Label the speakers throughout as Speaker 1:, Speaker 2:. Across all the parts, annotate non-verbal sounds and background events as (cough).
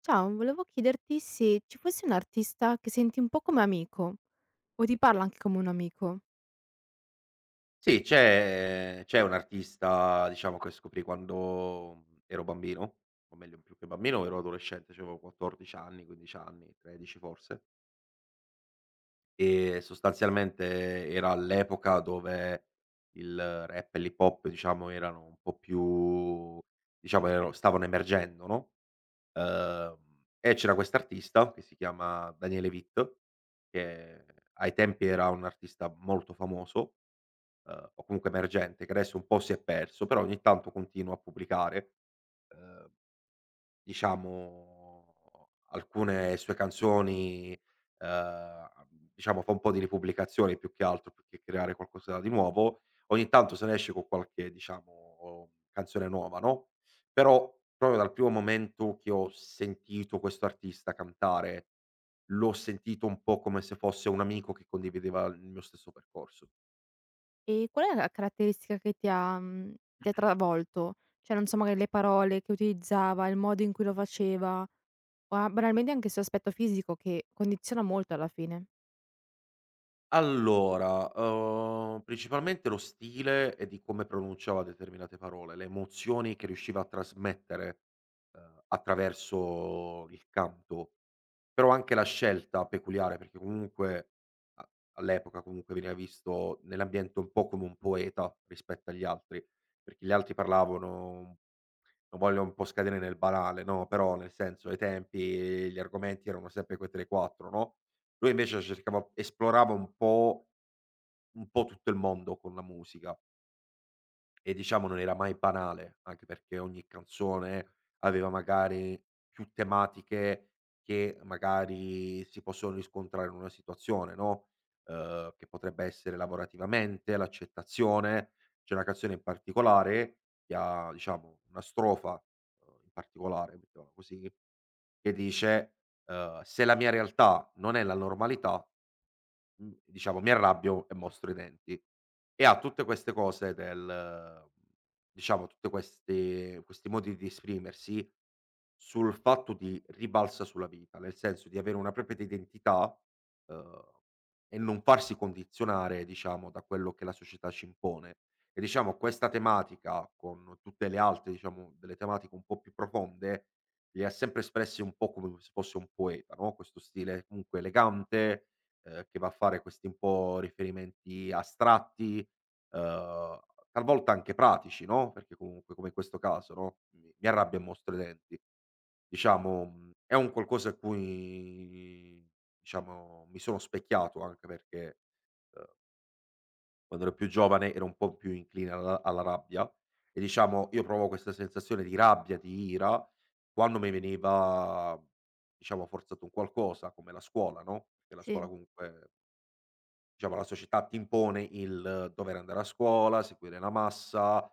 Speaker 1: Ciao, volevo chiederti se ci fosse un artista che senti un po' come amico o ti parla anche come un amico.
Speaker 2: Sì, c'è un artista, diciamo, che scoprì quando ero bambino, o meglio più che bambino ero adolescente, c'avevo 14 anni, 15 anni, 13 forse, e sostanzialmente era l'epoca dove il rap e l'hip hop, diciamo, erano un po' più diciamo erano stavano emergendo, no, ehm, e c'era quest'artista che si chiama Daniele Vitt, che ai tempi era un artista molto famoso, o comunque emergente, che adesso un po' si è perso, però ogni tanto continua a pubblicare ehm, diciamo alcune sue canzoni. ehm, diciamo fa un po' di ripubblicazioni più che altro, più che creare qualcosa di nuovo. Ogni tanto se ne esce con qualche diciamo canzone nuova, no, però proprio dal primo momento che ho sentito questo artista cantare, l'ho sentito un po' come se fosse un amico che condivideva il mio stesso percorso.
Speaker 1: E qual è la caratteristica che ti ha, ti ha travolto? Cioè, non so, magari le parole che utilizzava, il modo in cui lo faceva o a banalmente anche il suo aspetto fisico che condiziona molto alla fine.
Speaker 2: Allora, principalmente lo stile e di come pronunciava determinate parole, le emozioni che riusciva a trasmettere, attraverso il canto. Però anche la scelta peculiare, perché comunque a all'epoca comunque veniva visto nell'ambiente un po' come un poeta rispetto agli altri, perché gli altri parlavano, non voglio un po' scadere nel banale, no, però nel senso ai tempi gli argomenti erano sempre que 3, 4, no, lui invece cercava esplorava un po' tutto il mondo con la musica. E diciamo non era mai banale, anche perché ogni canzone aveva magari più tematiche che magari si possono riscontrare in una situazione, no, che potrebbe essere lavorativamente, l'accettazione. C'è una canzone in particolare che ha diciamo una strofa, in particolare, mettiamola così, che dice, "Se la mia realtà non è la normalità", diciamo mi arrabbio e mostro i denti. E ha tutte queste cose del diciamo tutte questi modi di esprimersi sul fatto di ribalsa sulla vita, nel senso di avere una propria identità, uhm, e non farsi condizionare, diciamo, da quello che la società ci impone. E diciamo questa tematica con tutte le altre, diciamo, delle tematiche un po' più profonde li ha sempre espressi un po' come se fosse un poeta, no, questo stile comunque elegante, che va a fare questi un po' riferimenti astratti, uhm, talvolta anche pratici, no, perché comunque come in questo caso, no, "Mi arrabbio e mostro i denti". Diciamo, è un qualcosa a cui diciamo mi sono specchiato, anche perché, uhm quando ero più giovane ero un po' più incline alla rabbia, e diciamo io provavo questa sensazione di rabbia, di ira quando mi veniva, diciamo, forzato un qualcosa come la scuola, no, perché la scuola
Speaker 1: Sì.
Speaker 2: comunque, diciamo la società ti impone il dover andare a scuola, seguire la massa,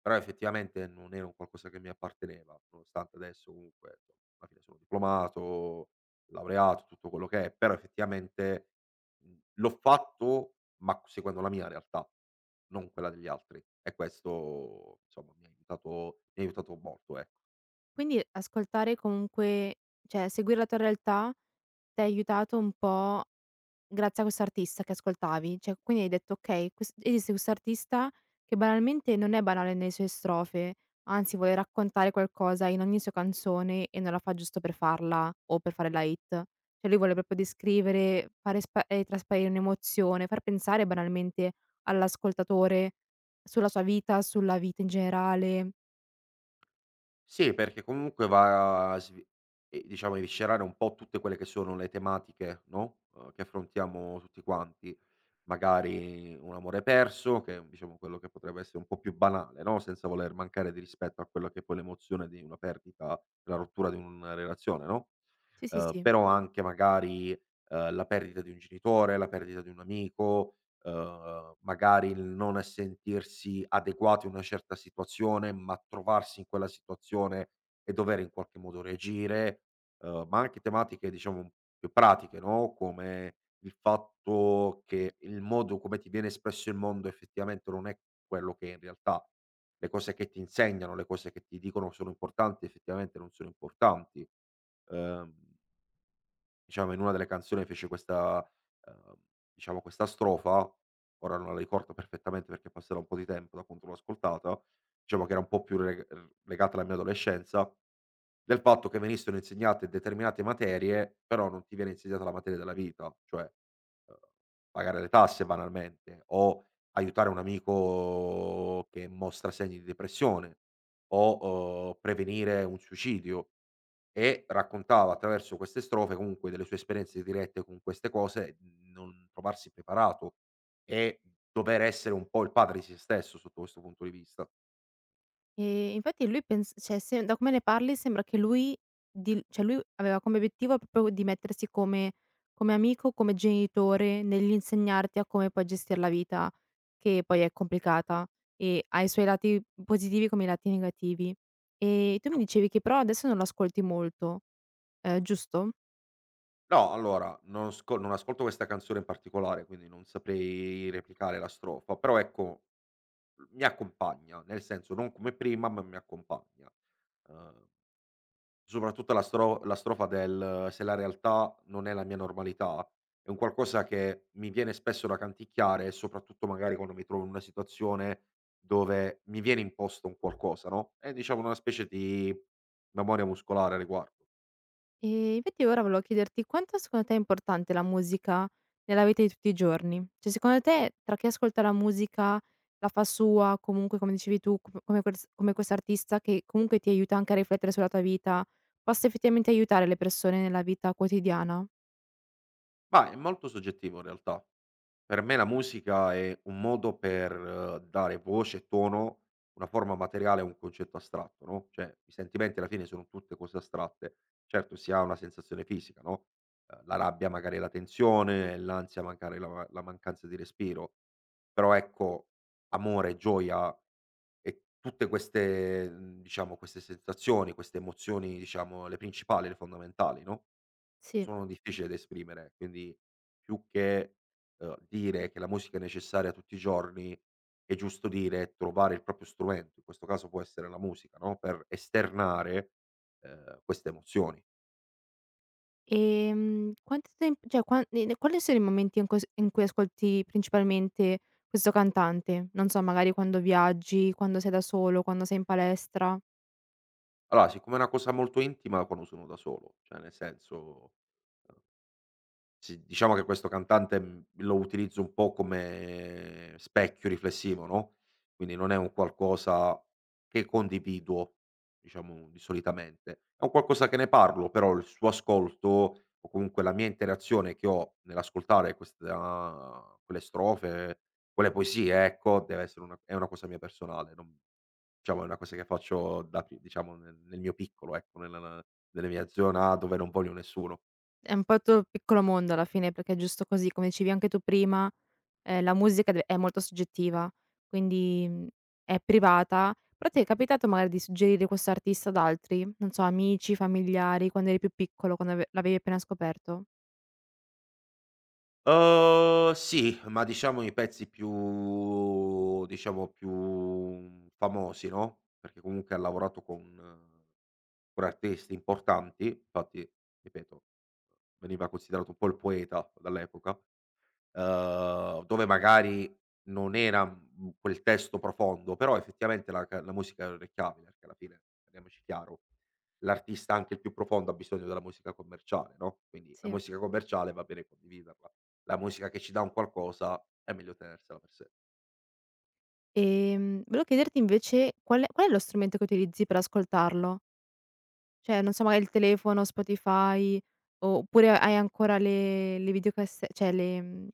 Speaker 2: però effettivamente non era un qualcosa che mi apparteneva, nonostante adesso comunque insomma, alla fine sono diplomato, laureato, tutto quello che è, però effettivamente, l'ho fatto, ma seguendo la mia realtà, non quella degli altri, e questo insomma mi ha aiutato molto. E
Speaker 1: Quindi ascoltare comunque, cioè seguire la tua realtà t'ha aiutato un po', grazie a quest'artista che ascoltavi. Cioè, quindi hai detto: "Okay, ques esiste quest'artista che banalmente non è banale nelle sue strofe, anzi vuole raccontare qualcosa in ogni sua canzone e non la fa giusto per farla o per fare la hit". Cioè lui vuole proprio descrivere, fare spa trasparire un'emozione, far pensare banalmente all'ascoltatore sulla sua vita, sulla vita in generale.
Speaker 2: sì, perché comunque va a svi diciamo a eviscerare un po' tutte quelle che sono le tematiche, no, che affrontiamo tutti quanti. Magari un amore perso, che è un diciamo quello che potrebbe essere un po' più banale, no, senza voler mancare di rispetto a quella che è poi l'emozione di una perdita, la rottura di una relazione, no?
Speaker 1: Sì, sì, sì.
Speaker 2: Però anche magari, la perdita di un genitore, la perdita di un amico, magari il non sentirsi adeguati a una certa situazione, ma trovarsi in quella situazione e dover in qualche modo reagire, ma anche tematiche diciamo più pratiche, no, come il fatto che il modo come ti viene espresso il mondo effettivamente non è quello che è in realtà. Le cose che ti insegnano, le cose che ti dicono sono importanti, effettivamente non sono importanti. Ehm Diciamo in una delle canzoni fece questa ehm, diciamo questa strofa, ora non la ricordo perfettamente perché è passato un po' di tempo da quanto l'ho ascoltata, diciamo che era un po' più re r legata alla mia adolescenza, del fatto che venissero insegnate determinate materie, però non ti viene insegnata la materia della vita, cioè, pagare le tasse banalmente, o aiutare un amico che mostra segni di depressione, o, prevenire un suicidio. E raccontava attraverso queste strofe comunque delle sue esperienze dirette con queste cose, non trovarsi preparato, e dover essere un po' il padre di se stesso sotto questo punto di vista.
Speaker 1: Infatti lui pens cioè, se da come ne parli sembra che lui di cioè lui aveva come obiettivo proprio di mettersi come come amico, come genitore nell'insegnarti a come puoi gestir la vita, che poi è complicata e ha i suoi lati positivi come i lati negativi. E tu mi
Speaker 2: Più
Speaker 1: dicevi che però adesso non lo ascolti molto, giusto?
Speaker 2: no, allora, non ascolto questa canzone in particolare, quindi non saprei replicare la strofa, però ecco, mi accompagna, nel senso non come prima, ma mi accompagna. Uhm Soprattutto la strofa del: "Se la realtà non è la mia normalità", è un qualcosa che mi viene spesso da canticchiare, soprattutto magari quando mi trovo in una situazione dove mi viene imposto un qualcosa, no, è diciamo una specie di memoria muscolare a riguardo.
Speaker 1: Infatti ora volevo chiederti quanto secondo te è importante la musica nella vita di tutti i giorni? Cioè secondo te tra chi ascolta la musica, la fa sua, comunque come dicevi tu, come quest'artista che comunque ti aiuta anche a riflettere sulla tua vita, possa effettivamente aiutare le persone nella vita quotidiana?
Speaker 2: Ma è molto soggettivo in realtà. Per me la musica è un modo per dare voce e tono, una forma materiale a un concetto astratto, no, cioè i sentimenti alla fine sono tutte cose astratte. Certo si ha una sensazione fisica, no, la rabbia magari è la tensione, l'ansia magari è la mancanza di respiro, però ecco amore, gioia e tutte queste, diciamo queste sensazioni, queste emozioni diciamo le principali, le fondamentali, no?
Speaker 1: Sì.
Speaker 2: Sono difficili da esprimere, quindi più che, dire che la musica è necessaria tutti i giorni, è giusto dire trovare il proprio strumento, in questo caso può essere la musica, no, per esternare, queste emozioni.
Speaker 1: Quanto temp cioè quan ne ne quali sono i momenti in cui s in cui ascolti principalmente questo cantante? Non so, magari quando viaggi, quando sei da solo, quando sei in palestra?
Speaker 2: Allora, siccome è una cosa molto intima, quando sono da solo, cioè nel senso eh, sì, diciamo che questo cantante, lo utilizzo un po' come specchio riflessivo, no, quindi non è un qualcosa che condivido, diciamo, di solitamente. È un qualcosa che ne parlo, però il suo ascolto o comunque la mia interazione che ho nell'ascoltare questa quelle strofe, quelle poesie, ecco, deve essere una è una cosa mia personale, non diciamo è una cosa che faccio da pi diciamo nel mio piccolo, ecco, nella mia zona dove non voglio nessuno.
Speaker 1: È un po' il tuo piccolo mondo alla fine, perché è giusto così, come dicevi anche tu prima, la musica deve è molto soggettiva, quindi, è privata. Però ti è capitato magari di suggerire questo artista ad altri? Non so, amici, familiari, quando eri più piccolo, quando ave l'avevi appena scoperto?
Speaker 2: Sì, ma diciamo i pezzi più diciamo più famosi, no, perché comunque ha lavorato con artisti importanti, infatti ripeto, veniva considerato un po' il poeta dall'epoca dove magari non era, quel testo profondo, però effettivamente la musica è orecchiabile, perché alla fine, parliamoci chiaro, l'artista anche il più profondo ha bisogno della musica commerciale, no, quindi la
Speaker 1: Sì.
Speaker 2: musica commerciale va bene condividerla, la musica che ci dà un qualcosa è meglio tenersela per sé.
Speaker 1: Volevo chiederti invece qual è lo strumento che utilizzi per ascoltarlo? Cioè, non so, magari il telefono, Spotify, oppure hai ancora le videocasse cioè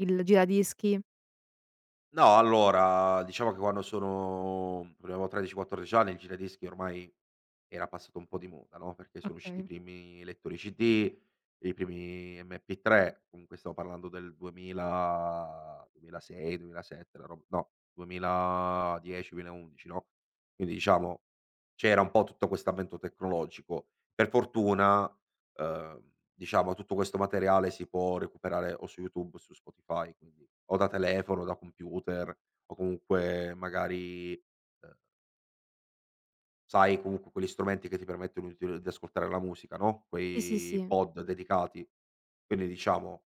Speaker 1: il giradischi?
Speaker 2: No, allora, diciamo che quando sono avevo 13, 14 anni il giradischi ormai era passato un po' di moda, no, perché sono usciti i
Speaker 1: Okay.
Speaker 2: primi lettori CD, i primi MP3, comunque stiamo parlando del 2000 2006, 2007, la rob no, 2010, 2011, no, quindi diciamo c'era un po' tutto questo avvento tecnologico. Per fortuna ehm, diciamo tutto questo materiale si può recuperare o su YouTube o su Spotify, quindi o da telefono, da computer o comunque magari, sai comunque quegli strumenti che ti permettono di ascoltare la musica, no,
Speaker 1: Sì, sì,
Speaker 2: quei
Speaker 1: sì.
Speaker 2: pod dedicati. Quindi diciamo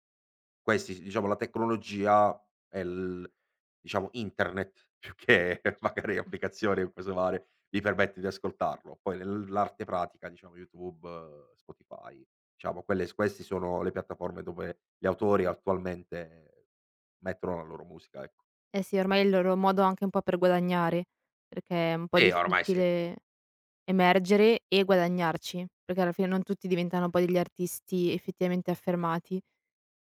Speaker 2: questi diciamo la tecnologia e l diciamo internet, più che (laughs) magari applicazioni o cose varie, mi permette di ascoltarlo. Poi l'arte pratica, diciamo YouTube, Spotify, diciamo quelle s questi sono le piattaforme dove gli autori attualmente mettono la loro musica, ecco.
Speaker 1: Eh sì, ormai è il loro modo anche un po' per guadagnare, perché è un po'
Speaker 2: Sì, ormai sì,
Speaker 1: difficile emergere e guadagnarci, perché alla fine non tutti diventano poi degli artisti effettivamente affermati.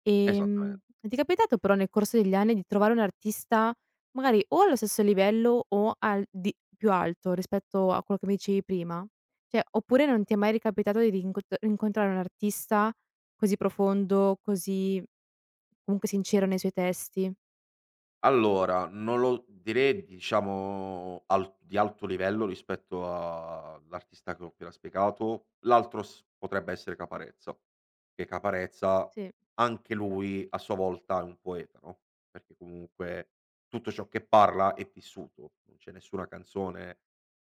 Speaker 2: esattamente.
Speaker 1: Ti è capitato però nel corso degli anni di trovare un artista magari o allo stesso livello o al di più alto rispetto a quello che mi dicevi prima? Cioè, oppure non ti è mai ricapitato di rincontrare un artista così profondo, così comunque sincero nei suoi testi?
Speaker 2: Allora, non lo direi diciamo al di alto livello rispetto a l'artista che ho appena spiegato. L'altro s potrebbe essere Caparezza, che Caparezza
Speaker 1: Sì.
Speaker 2: anche lui a sua volta è un poeta, no, perché comunque tutto ciò che parla è vissuto. Non c'è nessuna canzone,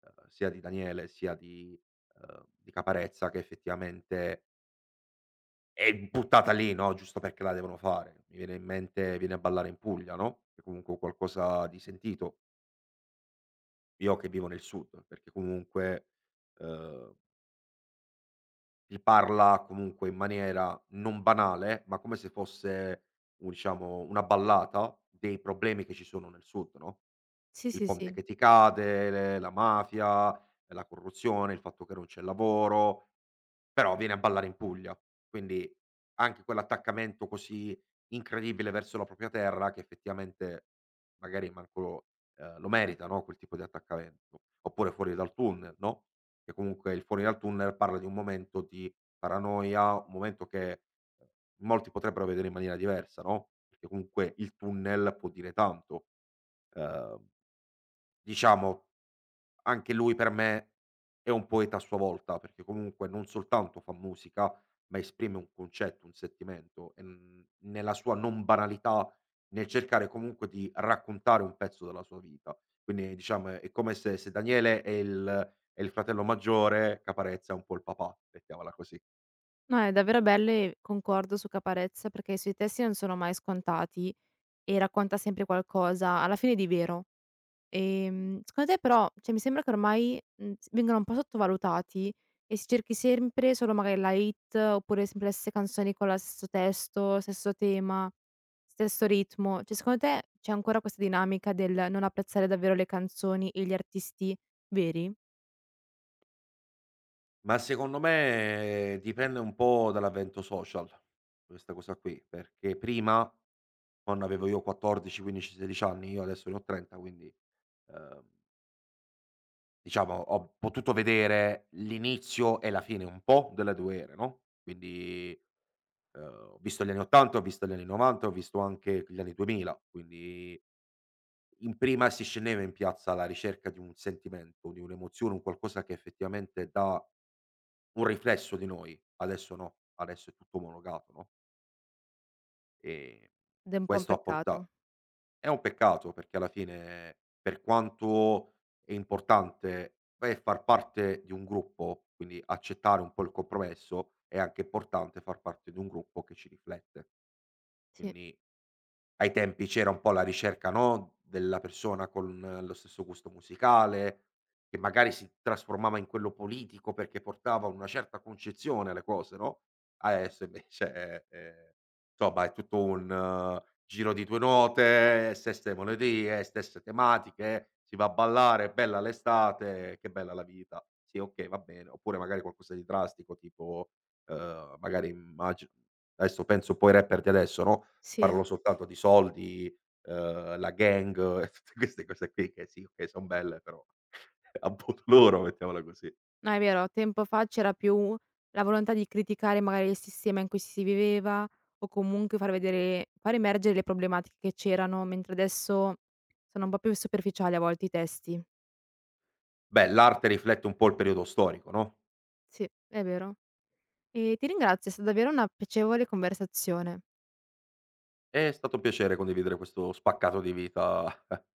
Speaker 2: sia di Daniele sia di Caparezza che effettivamente e buttata lì, no, giusto perché la devono fare. Mi viene in mente "Vieni a ballare in Puglia", no, che comunque è qualcosa di sentito. Io che vivo nel sud, perché comunque, uhm, ti parla comunque in maniera non banale, ma come se fosse un diciamo, una ballata dei problemi che ci sono nel sud, no,
Speaker 1: Sì,
Speaker 2: il
Speaker 1: sì,
Speaker 2: ponte
Speaker 1: sì.
Speaker 2: che ti cade, le la mafia, la corruzione, il fatto che non c'è lavoro, però viene a ballare in Puglia, quindi anche quell'attaccamento così incredibile verso la propria terra che effettivamente magari manco, lo merita, no, quel tipo di attaccamento. Oppure Fuori dal tunnel, no, che comunque il Fuori dal tunnel parla di un momento di paranoia, un momento che eh, molti potrebbero vedere in maniera diversa, no, perché comunque il tunnel può dire tanto. Ehm, diciamo anche lui per me è un poeta a sua volta, perché comunque non soltanto fa musica, ma esprime un concetto, un sentimento, e, nella sua non banalità, nel cercare comunque di raccontare un pezzo della sua vita. Quindi diciamo è come se Daniele è il fratello maggiore, Caparezza è un po' il papà, mettiamola così.
Speaker 1: No, è davvero bello e concordo su Caparezza perché i suoi testi non sono mai scontati e racconta sempre qualcosa, alla fine, di vero. Secondo te però, cioè mi sembra che ormai, s vengano un po' sottovalutati e si cerchi sempre solo magari la hit oppure sempre le stesse canzoni con la stesso testo, stesso tema, stesso ritmo. Cioè secondo te c'è ancora questa dinamica del non apprezzare davvero le canzoni e gli artisti veri?
Speaker 2: Ma secondo me dipende un po' dall'avvento social, questa cosa qui, perché prima, quando avevo io 14, 15, 16 anni, io adesso ne ho 30 quindi, ehm, diciamo ho potuto vedere l'inizio e la fine un po' delle 2 ere, no, quindi, ehm, ho visto gli anni '80, ho visto gli anni '90, ho visto anche gli anni 2000, quindi in prima si scendeva in piazza alla ricerca di un sentimento, di un'emozione, un qualcosa che effettivamente dà un riflesso di noi. Adesso no, adesso è tutto omologato, no, e
Speaker 1: Ed è un po' un
Speaker 2: questo ha porta
Speaker 1: peccato.
Speaker 2: è un peccato perché alla fine, per quanto è importante, beh, far parte di un gruppo, quindi accettare un po' il compromesso, è anche importante far parte di un gruppo che ci riflette.
Speaker 1: Sì,
Speaker 2: Quindi ai tempi c'era un po' la ricerca, no, della persona con lo stesso gusto musicale, che magari si trasformava in quello politico perché portava una certa concezione alle cose, no, adesso invece è insomma è tutto un giro di 2 note, stesse melodie, stesse tematiche, si va a ballare, bella l'estate, che bella la vita. Sì, okay, va bene. Oppure magari qualcosa di drastico tipo, magari immagi adesso penso un po' ai rapper di adesso, no,
Speaker 1: sì.
Speaker 2: parlo soltanto di soldi, la gang (laughs) e tutte queste cose qui che sì, okay, son belle però (laughs) a modo loro, mettiamola così.
Speaker 1: No, è vero, tempo fa c'era più la volontà di criticare magari il sistema in cui si viveva o comunque far emergere le problematiche che c'erano, mentre adesso sono un po' più superficiali a volte i testi.
Speaker 2: Beh, l'arte riflette un po' il periodo storico, no,
Speaker 1: Sì, è vero. E ti ringrazio, è stata davvero una piacevole conversazione.
Speaker 2: è stato un piacere condividere questo spaccato di vita, (laughs)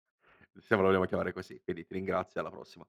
Speaker 2: se lo vogliamo chiamare così, quindi ti ringrazio e alla prossima.